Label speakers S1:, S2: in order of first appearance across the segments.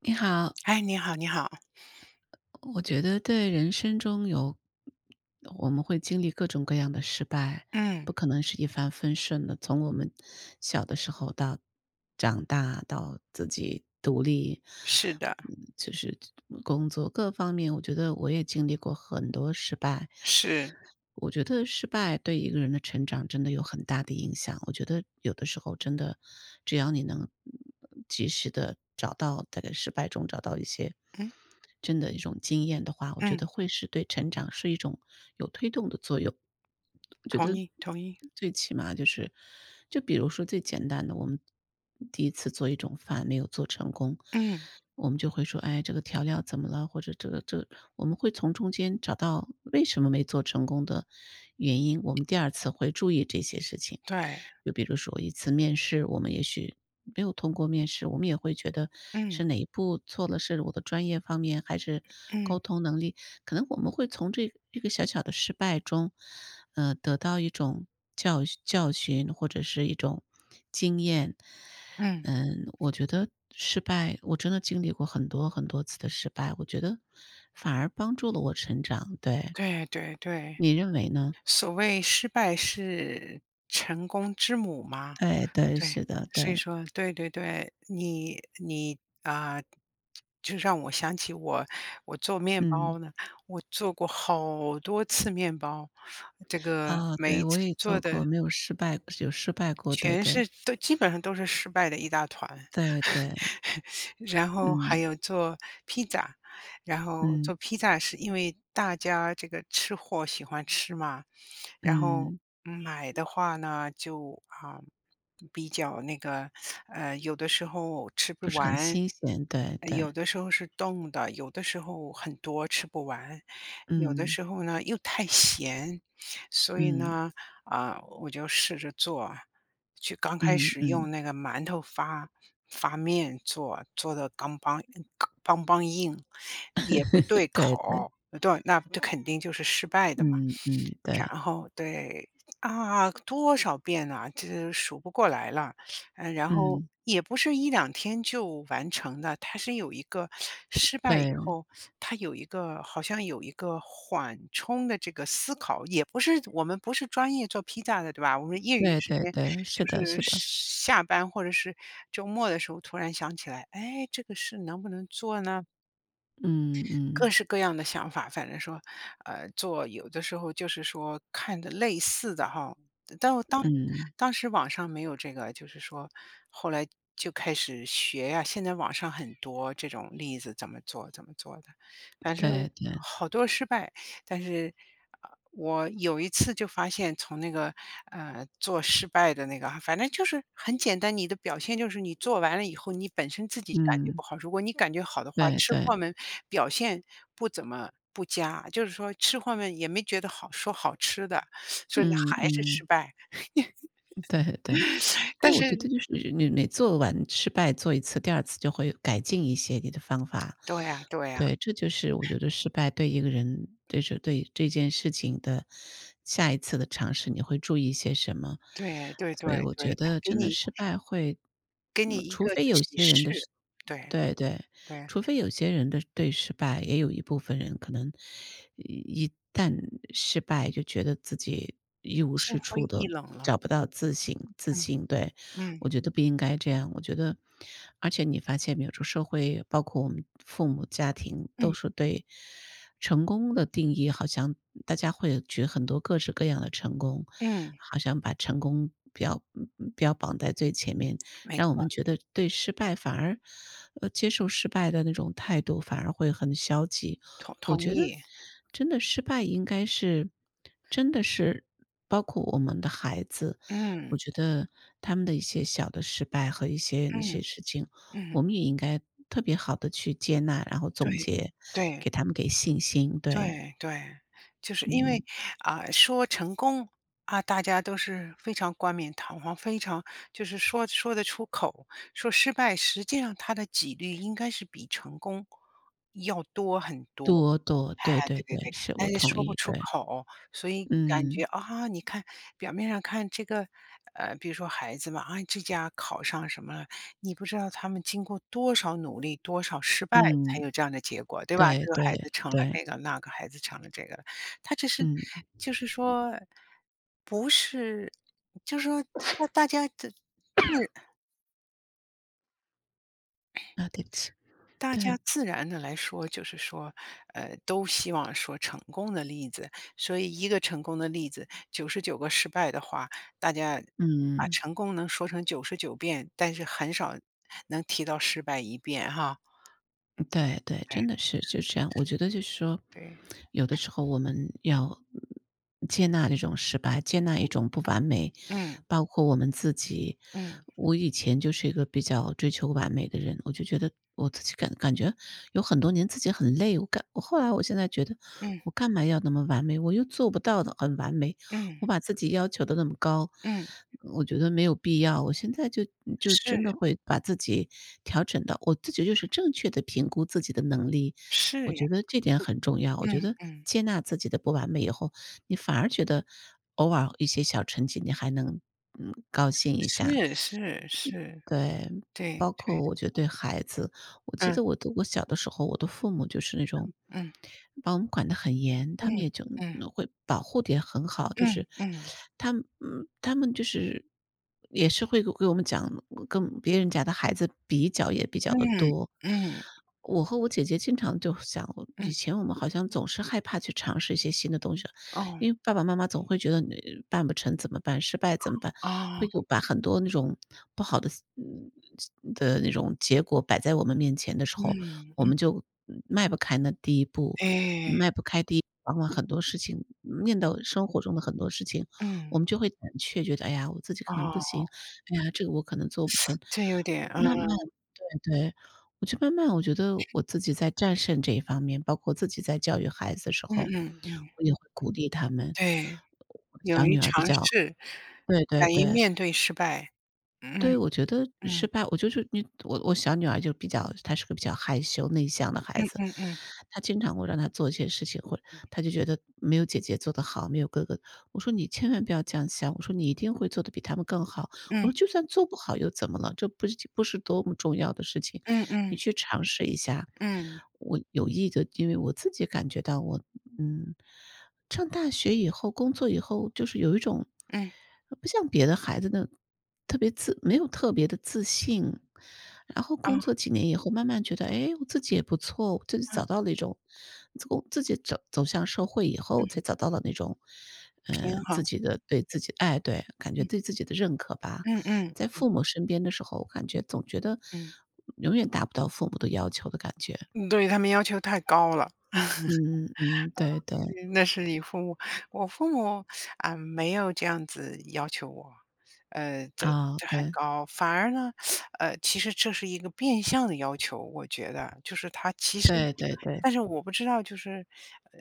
S1: 你好，
S2: 哎，你好，你好。
S1: 我觉得对人生中有，我们会经历各种各样的失败，
S2: 嗯。
S1: 不可能是一帆风顺的。从我们小的时候到长大，到自己独立，
S2: 是的。
S1: 就是工作各方面，我觉得我也经历过很多失败。
S2: 是。
S1: 我觉得失败对一个人的成长真的有很大的影响。我觉得有的时候真的，只要你能及时的找到在这个失败中找到一些
S2: 嗯
S1: 真的一种经验的话，我觉
S2: 嗯。
S1: 得会是对成长是一种有推动的作用。我觉
S2: 同
S1: 得
S2: 意，同意。
S1: 最起码就是，就比如说最简单的，我们第一次做一种饭没有做成功，
S2: 嗯。
S1: 我们就会说：“哎，这个调料怎么了？”或者我们会从中间找到为什么没做成功的原因，我们第二次会注意这些事情。
S2: 对。
S1: 就比如说一次面试，我们也许没有通过面试，我们也会觉得
S2: 嗯
S1: 是哪一步错了，是我的专业方面还是
S2: 嗯
S1: 沟通能力？可能我们会从这一个小小的失败中，得到一种教训或者是一种经验。
S2: 嗯。
S1: 嗯，我觉得失败，我真的经历过很多很多次的失败，我觉得反而帮助了我成长。对，
S2: 对对对。
S1: 你认为呢？
S2: 所谓失败是成功之母嘛。
S1: 对对，
S2: 对。
S1: 是的，
S2: 所以
S1: 对。
S2: 说，对对对，你就让我想起我做面
S1: 嗯，
S2: 包呢，我做过好多次面包，这个
S1: 啊，
S2: 每
S1: 对，
S2: 一次
S1: 我也
S2: 做
S1: 做
S2: 的
S1: 过，没有失败，有失败过，对
S2: 全
S1: 对。
S2: 是都基本上都是失败的一大团。
S1: 对对，
S2: 然后还
S1: 嗯
S2: 有做披萨。然后做
S1: 嗯
S2: 披萨是因为大家这个吃货喜欢吃嘛。然后
S1: 嗯，
S2: 买的话呢，就比较那个，有的时候吃
S1: 不
S2: 不
S1: 是很
S2: 完，
S1: 新鲜，对
S2: 有
S1: 对，
S2: 的时候是冻的，有的时候很多吃不完，有的
S1: 嗯
S2: 时候呢又太咸。所以
S1: 嗯
S2: 呢，我就试着做，去刚开
S1: 嗯
S2: 始
S1: 嗯，
S2: 用那个馒头发面做，做的刚邦邦硬，也不对
S1: 对对，
S2: 口。对，那这肯定就是失败的嘛。
S1: 嗯嗯
S2: 然
S1: 对，
S2: 后对。啊，多少遍呐，这数不过来了。嗯。然后
S1: 嗯
S2: 也不是一两天就完成的，它是有一个失败以
S1: 对
S2: 后，它有一个缓冲的这个思考。也不是。。。我们不是专业做披萨的，对吧？我们业余
S1: 对
S2: 时
S1: 对
S2: 间
S1: 对，是
S2: 就
S1: 的
S2: 是
S1: 是的，
S2: 下班或者是周末的时候突然想起来，哎，这个事能不能做呢？
S1: 嗯
S2: 各
S1: 嗯
S2: 式各样的想法。反正说，做有的时候就是说看的类似的哈。但我当
S1: 嗯，
S2: 当时网上没有这个，就是说后来就开始学呀、现在网上很多这种例子怎么做怎么做的。反正
S1: 对对，
S2: 好多失败。但是，我有一次就发现从那个，做失败的那个反正就是很简单。你的表现就是你做完了以后，你本身自己感觉
S1: 嗯
S2: 不好。如果你感觉好的话，
S1: 对
S2: 吃货
S1: 对，
S2: 们表现不怎么不佳，就是说吃货们也没觉得好说好吃的。所以呢
S1: 嗯
S2: 还是失
S1: 嗯
S2: 败。
S1: 对对。对，
S2: 但
S1: 我觉得
S2: 是
S1: 就是你每做完失败做一次，第二次就会改进一些你的方法。
S2: 对呀对呀。
S1: 对，这就是我觉得失败对一个人，对这件事情的下一次的尝试，你会注意些什么。
S2: 对对
S1: 所
S2: 对
S1: 以我觉
S2: 对。它
S1: 得真的失败会
S2: 给你
S1: 嗯，
S2: 一
S1: 除
S2: 个
S1: 非有
S2: 启
S1: 些人的是
S2: 示。对
S1: 对对。
S2: 对。
S1: 除非有些人的对失败也有一部分人可能一旦失败就觉得自己一无
S2: 心
S1: 是处
S2: 灰意
S1: 的，
S2: 冷了。
S1: 找不到自信自
S2: 嗯
S1: 信。对，
S2: 嗯
S1: 我觉得不应该这样。我觉得，而且你发现没有，这社会包括我们父母家庭都
S2: 嗯
S1: 是对成功的定义，好像大家会举很多各式各样的成功，
S2: 嗯。
S1: 好像把成功标榜在最前面。
S2: 没
S1: 让我
S2: 错。
S1: 们觉得对失败反而接受失败的那种态度反而会很消极。
S2: 同
S1: 我
S2: 同
S1: 觉得
S2: 意，
S1: 真的失败应该是真的是包括我们的孩子，我
S2: 嗯。
S1: 觉得他们的一些小的失败和一些那些
S2: 嗯。
S1: 事情，
S2: 嗯。
S1: 我们也应该特别好的去接纳，然后
S2: 对。
S1: 总结，
S2: 对。
S1: 给他们给信心，对，
S2: 对。对。就是因为，
S1: 嗯，
S2: 啊，说成功，啊，大家都是非常冠冕堂皇，非常就是说说得出口。说失败，实际上它的几率应该是比成功要多很多。
S1: 多多，
S2: 哎，
S1: 对对
S2: 对对对，
S1: 对，是，
S2: 但
S1: 我
S2: 是
S1: 同
S2: 说不
S1: 意，
S2: 出
S1: 对，
S2: 口。所以感觉
S1: 嗯，
S2: 啊，你看表面上看这个，比如说孩子嘛，啊，这家考上什么了，你不知道他们经过多少努力、多少失败才
S1: 嗯，
S2: 有这样的结果，对吧？
S1: 对
S2: 这个
S1: 对
S2: 孩子成了
S1: 对，
S2: 那个，那个孩子成了这个了。他只是
S1: 嗯，
S2: 就是说，不是，就是说自
S1: 啊，对不起。
S2: 大家
S1: 对，
S2: 自然的来说，就是说，都希望说成功的例子。所以一个成功的例子99个失败的话，大家把
S1: 嗯，
S2: 成功能说成99遍，但是很少能提到失败一遍哈。
S1: 对对，
S2: 对。
S1: 真的是就这样。我觉得就是说，
S2: 对。
S1: 有的时候我们要接纳这种失败，接纳一种不完美，
S2: 嗯。
S1: 包括我们自己。
S2: 嗯。
S1: 我以前就是一个比较追求完美的人，我就觉得我自己感觉有很多年自己很累，我干我后来我现在觉得
S2: 嗯。
S1: 我干嘛要那么完美，我又做不到的很完美。
S2: 嗯。
S1: 我把自己要求的那么高，
S2: 嗯。
S1: 我觉得没有必要。我现在就就
S2: 是。
S1: 真的会把自己调整到我自己就是正确的评估自己的能力，
S2: 是
S1: 我
S2: 呀。
S1: 觉得这点很重要。我觉
S2: 嗯。
S1: 得
S2: 嗯。
S1: 接纳自己的不完美以后，你反而觉得偶尔一些小成绩，你还能，嗯，高兴一下。
S2: 是。是。是。
S1: 对，
S2: 对。
S1: 包
S2: 对。
S1: 括我觉得对孩子，我记
S2: 嗯
S1: 得我小的时候，我的父母就是那种
S2: 嗯
S1: 把我们管得很严，他们也就
S2: 嗯
S1: 会保护得也很好，就
S2: 嗯
S1: 是
S2: 嗯
S1: 他们他们就是也是会给我们讲跟别人家的孩子比较也比较的
S2: 嗯
S1: 多。
S2: 嗯嗯
S1: 我和我姐姐经常就想，
S2: 嗯。
S1: 以前我们好像总是害怕去尝试一些新的东西，
S2: 哦，
S1: 因为爸爸妈妈总会觉得你办不成怎么办，失败怎么办？会有
S2: 哦，
S1: 把很多那种不好的嗯的那种结果摆在我们面前的时候，我
S2: 嗯。
S1: 们就迈不开那第一步，
S2: 哎，
S1: 迈不开第一往往很多事情生活中的很多事情，
S2: 嗯，
S1: 我们就会胆怯，觉得哎呀，我自己可能不
S2: 哦，
S1: 行，哎呀，这个我可能做不成。
S2: 这有点嗯，
S1: 慢慢对对，我就慢慢我觉得我自己在战胜这一方面，包括自己在教育孩子的时
S2: 嗯
S1: 候，
S2: 嗯嗯，
S1: 我也会鼓励他们。
S2: 对，
S1: 我小
S2: 勇于
S1: 女儿比
S2: 尝
S1: 较
S2: 试，
S1: 对对
S2: 敢于
S1: 对。
S2: 面对失败，嗯
S1: 对，我觉得失
S2: 嗯
S1: 败，我就是你我我小女儿就比较她是个比较害羞内向的孩
S2: 嗯
S1: 子，
S2: 嗯嗯
S1: 她经常会让她做一些事情，或者她就觉得没有姐姐做得好，没有哥哥。我说你千万不要这样想，我说你一定会做得比他们更好。我说
S2: 嗯
S1: 就算做不好又怎么了？这不是多么重要的事情，
S2: 嗯
S1: 你
S2: 嗯
S1: 去尝试一下。
S2: 嗯，
S1: 我有意的，因为我自己感觉到我，嗯，上大学以后，工作以后，就是有一种。
S2: 嗯
S1: 不像别的孩子呢，特别自没有特别的自信。然后
S2: 啊。
S1: 工作几年以后，慢慢觉得，哎，我自己也不错，我自己找
S2: 嗯
S1: 到了一种自己走向社会以后，才
S2: 嗯。
S1: 找到了那种，
S2: 平
S1: 自
S2: 衡。
S1: 己的对自己哎，对，感觉对自己的认可吧。
S2: 嗯嗯
S1: 在父母身边的时候，我感觉总觉得
S2: 嗯。
S1: 永远达不到父母的要求的感觉。
S2: 嗯，对，他们要求太高了。
S1: 嗯嗯，对对，
S2: 对，那是你父母。我父母，啊，没有这样子要求我。呃，这
S1: 啊，
S2: 这很
S1: 对，
S2: 高。反而呢，其实这是一个变相的要求，我觉得就是他其实。。。
S1: 对对对，
S2: 但是我不知道就是，呃，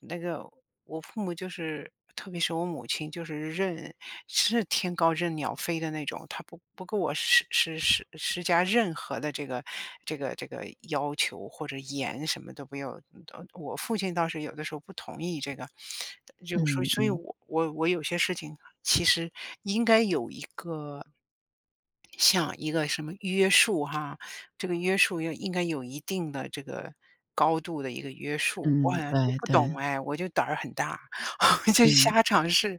S2: 那个。。。我父母就是，特别是我母亲就是是天高任鸟飞的那种。她不给我施加任何的这个这个要求或者严什么都不要。我父亲倒是有的时候不同意这个。就所以
S1: 嗯
S2: 所以
S1: 嗯，
S2: 我有些事情其实应该有一个像一个什么约束哈。这个约束要应该有一定的这个高度的一个约束。我好
S1: 嗯，
S2: 像都
S1: 对
S2: 不懂
S1: 对，
S2: 哎，我就胆儿很大。我就
S1: 嗯。
S2: 瞎尝试，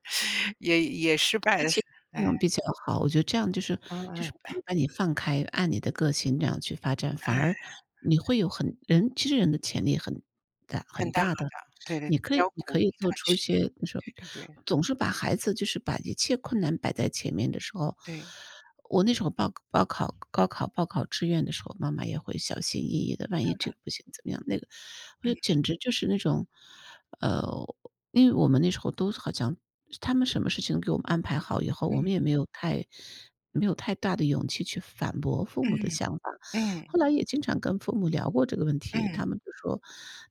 S2: 也失败
S1: 那
S2: 了。
S1: 其实这
S2: 哎。
S1: 样比较好，我觉得这样就是
S2: 嗯
S1: 就
S2: 嗯。
S1: 是把你放开，按你的个性这样去发展，反
S2: 哎。
S1: 而你会有很其实人的潜力很大
S2: 很
S1: 很
S2: 大。
S1: 大的。
S2: 对对，要
S1: 你
S2: 鼓
S1: 可
S2: 励
S1: 以
S2: 他
S1: 做出一
S2: 去。
S1: 些就是
S2: 对对对
S1: 总是把孩子就是把一切困难摆在前面的时候，
S2: 对。
S1: 我那时候报报考高考报考志愿的时候，妈妈也会小心翼翼的，万一这个不行怎么样，那个，我就
S2: 嗯
S1: 简直就是那种，呃，因为我们那时候都好像他们什么事情给我们安排好以后，我们也
S2: 嗯
S1: 没有太大的勇气去反驳父母的
S2: 嗯
S1: 想法。
S2: 嗯
S1: 后来也经常跟父母聊过这个问题，
S2: 嗯。
S1: 他们就说，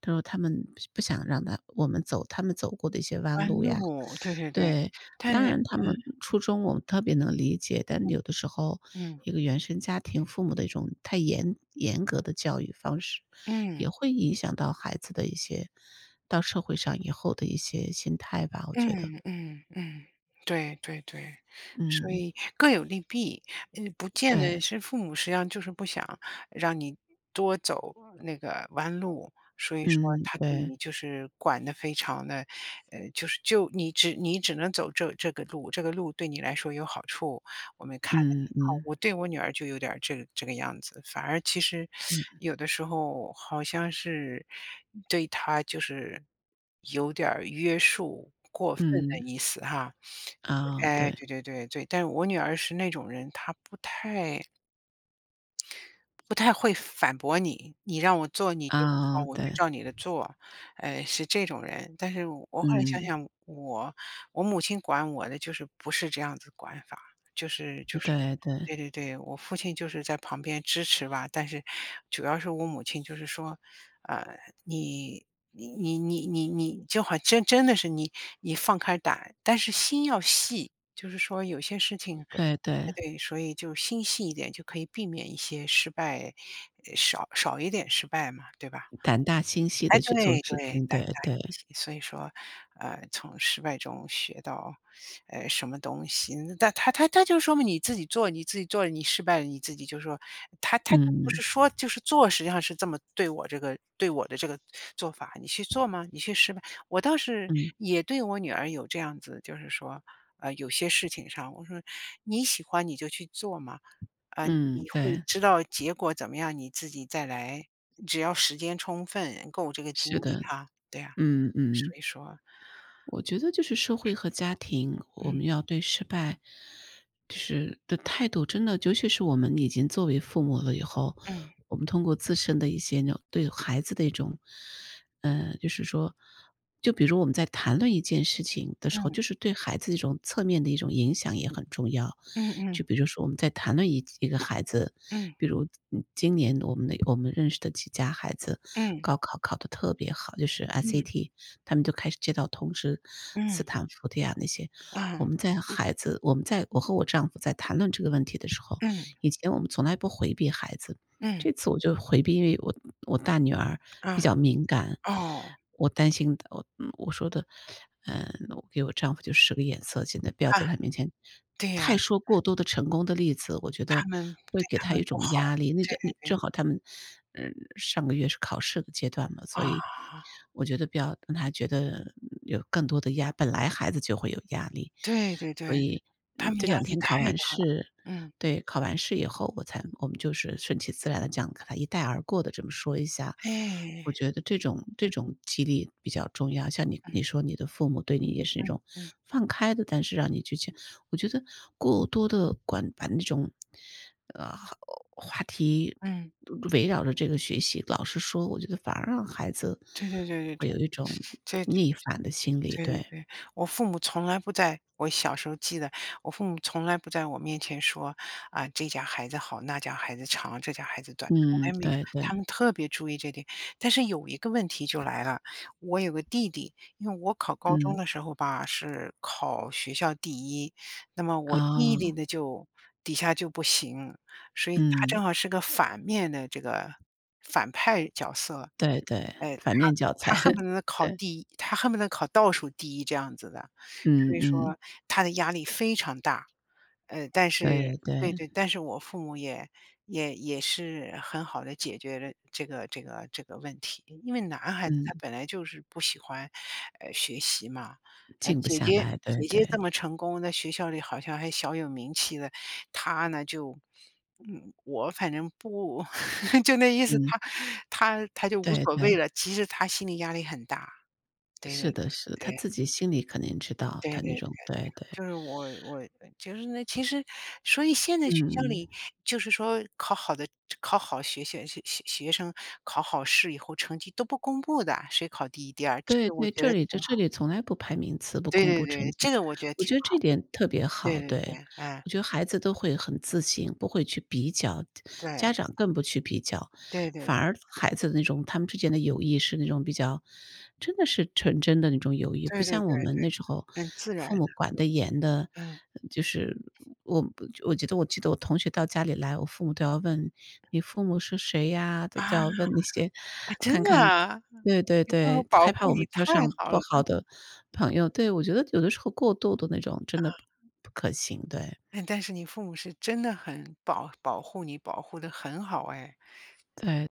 S1: 他说他们不想让我们走他们走过的一些弯
S2: 弯
S1: 路呀。
S2: 路，对对对。
S1: 对，
S2: 但
S1: 当然他们初衷我们特别能理解，但有的时候
S2: 嗯嗯
S1: 一个原生家庭父母的一种太严格的教育方式，
S2: 嗯。
S1: 也会影响到孩子的一些到社会上以后的一些心态吧，我觉得。
S2: 嗯嗯嗯。对对对。所
S1: 嗯，
S2: 以各有利弊。不见得
S1: 对，
S2: 是父母。。。实际上就是不想让你多走那个弯路，所以说
S1: 嗯，
S2: 他对
S1: 对，
S2: 你就是管的非常的，就是就你只你只能走这这个路，这个路对你来说有好处。我们看的
S1: 嗯
S2: 挺好。
S1: 嗯
S2: 我对我女儿就有点儿这个样子。反而其实
S1: 嗯
S2: 有的时候好像是对她就是有点儿约束过分的
S1: 嗯，
S2: 意思哈。
S1: 啊，
S2: 哎，
S1: 对，
S2: 对对对对。但是我女儿是那种人，她不太会反驳你。你让我做你觉得好，
S1: 啊，
S2: 我就
S1: 对，
S2: 照你的做，是这种人。但是我后来想
S1: 嗯，
S2: 想，我我母亲管我的就是不是这样子管法。就是
S1: 对对
S2: 对对对，我父亲就是在旁边支持吧。但是主要是我母亲就是说，呃，你。你你就好。真真的是你，你放开胆，但是心要细。就是说有些事情，哎，
S1: 对对，
S2: 对，所以就心细一点，就可以避免一些失败。少一点失败嘛，对吧？
S1: 胆大心细
S2: 哎，
S1: 的去做
S2: 对
S1: 事
S2: 对。
S1: 情，
S2: 大
S1: 对
S2: 大
S1: 对，
S2: 一起。所以说，从失败中学到，什么东西。但他就说明你自己做。你自己做，你失败了，你自己就说。他就不
S1: 嗯
S2: 是说就是做。实际上是这么对我对我的这个做法，你去做吗？你去失败。我倒是
S1: 嗯
S2: 也对我女儿有这样子。就是说，有些事情上，我说你喜欢你就去做嘛。你
S1: 嗯，
S2: 会
S1: 对，
S2: 知道结果怎么样，你自己再来。只要时间充分，够这个精
S1: 是
S2: 力
S1: 的，
S2: 哈。对呀。
S1: 嗯
S2: 所
S1: 嗯。
S2: 以说，
S1: 我觉得就是社会和家庭，我
S2: 嗯
S1: 们要对失败，就是的态度，真的，尤其是我们已经作为父母了以后，
S2: 嗯
S1: 我们通过自身的一些那种对孩子的一种，就是说，就比如我们在谈论一件事情的时候，
S2: 嗯
S1: 就是对孩子一种侧面的一种影响也很重要。
S2: 嗯嗯
S1: 就比如说我们在谈论一个孩子，
S2: 嗯
S1: 比如今年我们认识的几家孩子，
S2: 嗯
S1: 高考考得特别好，就是
S2: 嗯
S1: SAT,他们就开始接到通知，斯坦福的呀那些。
S2: 嗯
S1: 我们在我和我丈夫在谈论这个问题的时候，
S2: 嗯
S1: 以前我们从来不回避孩子，
S2: 嗯
S1: 这次我就回避，因为我大女儿比
S2: 嗯。
S1: 较敏感，
S2: 哦，
S1: 我担心的我嗯我说的，嗯，我给我丈夫就使个眼色，现在不要
S2: 啊，
S1: 在他面前
S2: 对呀。
S1: 太说过多的成功的例子，我觉得
S2: 他们
S1: 会
S2: 对。。。
S1: 给
S2: 他
S1: 他一
S2: 们不
S1: 种
S2: 好。
S1: 压力。那
S2: 对
S1: 正
S2: 对
S1: 那正
S2: 对。
S1: 好他们，嗯，上个月是考试的阶段嘛，所
S2: 啊，
S1: 以我觉得不要让他觉得嗯有更多的压本来孩子就会有压力，
S2: 对对
S1: 所
S2: 对。
S1: 以，
S2: 他
S1: 嗯，
S2: 们
S1: 这
S2: 压
S1: 两
S2: 力
S1: 天考
S2: 太
S1: 完
S2: 大。
S1: 试
S2: 嗯。
S1: 对，考完试以后，我们就是顺其自然的这样给他一带而过的这么说一下。
S2: 哎。
S1: 我觉得这种激励比较重要，像
S2: 嗯
S1: 你说你的父母对你也是那
S2: 嗯
S1: 种
S2: 嗯
S1: 放开的，但是让你去我觉得过多的管把那种，呃，话题
S2: 嗯。
S1: 围绕着这个学习，老师说，我觉得反而让孩子
S2: 对对对对对。
S1: 会有一种
S2: 这。。。
S1: 逆反的心理，
S2: 对对
S1: 对。
S2: 对。我父母从来不在我小时候记得，我父母从来不在我面前说啊，这家孩子好，那家孩子长，这家孩子短，从
S1: 嗯，
S2: 来没有。
S1: 对对，
S2: 他们特别注意这点。但是有一个问题就来了。我有个弟弟，因为我考高中
S1: 嗯，
S2: 的时候吧，是考学校第一。那么我弟弟
S1: 啊，
S2: 呢就底下就不行，所以他正
S1: 嗯，
S2: 好是个反面的这个反派角色。
S1: 对对，反面教
S2: 他
S1: 材，
S2: 恨不得 考
S1: 对，
S2: 第一，他恨不得考倒数第一这样子的。所
S1: 嗯
S2: 以
S1: 嗯，
S2: 说他的压力非常大。但是
S1: 对
S2: 对
S1: 对，
S2: 对，但是我父母也也是很好的解决了这个这个问题。因为男孩子他
S1: 嗯，
S2: 本来就是不喜欢，学习嘛，
S1: 静不
S2: 姐
S1: 下
S2: 姐
S1: 来，对
S2: 姐姐
S1: 对，
S2: 这么成功，在学校里好像还小有名气的。她呢就，嗯，我反正不 就那意思。
S1: 嗯，
S2: 她就无
S1: 对
S2: 所谓
S1: 对，
S2: 了。其实她心理压力很大。对对
S1: 是的
S2: 对
S1: 是的，他自己心里肯定知道，
S2: 对对
S1: 他
S2: 对
S1: 那
S2: 对
S1: 种
S2: 对。
S1: 对对，
S2: 就是我就是那其实。所以现在学
S1: 嗯
S2: 校里
S1: 嗯。
S2: 就是说考好的考好学生考好试以后成绩都不公布的，谁考第一第二，这
S1: 对
S2: 个我
S1: 对，
S2: 觉得
S1: 这里在
S2: 挺
S1: 这里
S2: 好。
S1: 从来不排名次，不
S2: 对
S1: 公
S2: 对
S1: 布成
S2: 对，这
S1: 绩，
S2: 个我觉得
S1: 我
S2: 挺
S1: 觉得
S2: 好。
S1: 这点特别
S2: 对
S1: 好，
S2: 对
S1: 对。
S2: 对。哎。
S1: 我觉得孩子都会很自信，不会去比较，
S2: 对，
S1: 家长更不去比较，
S2: 对对，
S1: 反而孩子的那种他们之间的友谊是那种比较真的是纯真的那种友谊，不
S2: 对对对
S1: 像我们那
S2: 对。
S1: 时候
S2: 很自然
S1: 父
S2: 的。
S1: 母管得严的，
S2: 嗯。
S1: 就是我我觉得我记得我同学到家里来，我父母都要问："你父母是谁呀？"都
S2: 啊。
S1: 要问那些，
S2: 啊，真
S1: 看
S2: 的
S1: 看
S2: 啊？
S1: 对对
S2: 你父母
S1: 对，
S2: 保
S1: 害怕
S2: 护
S1: 我
S2: 你
S1: 们交
S2: 太
S1: 上
S2: 好
S1: 不
S2: 了。
S1: 好的朋友，对，我觉得有的时候过度的那种真的不可行，对，
S2: 哎，但是你父母是真的很保护你，保护的很好哎。
S1: 对。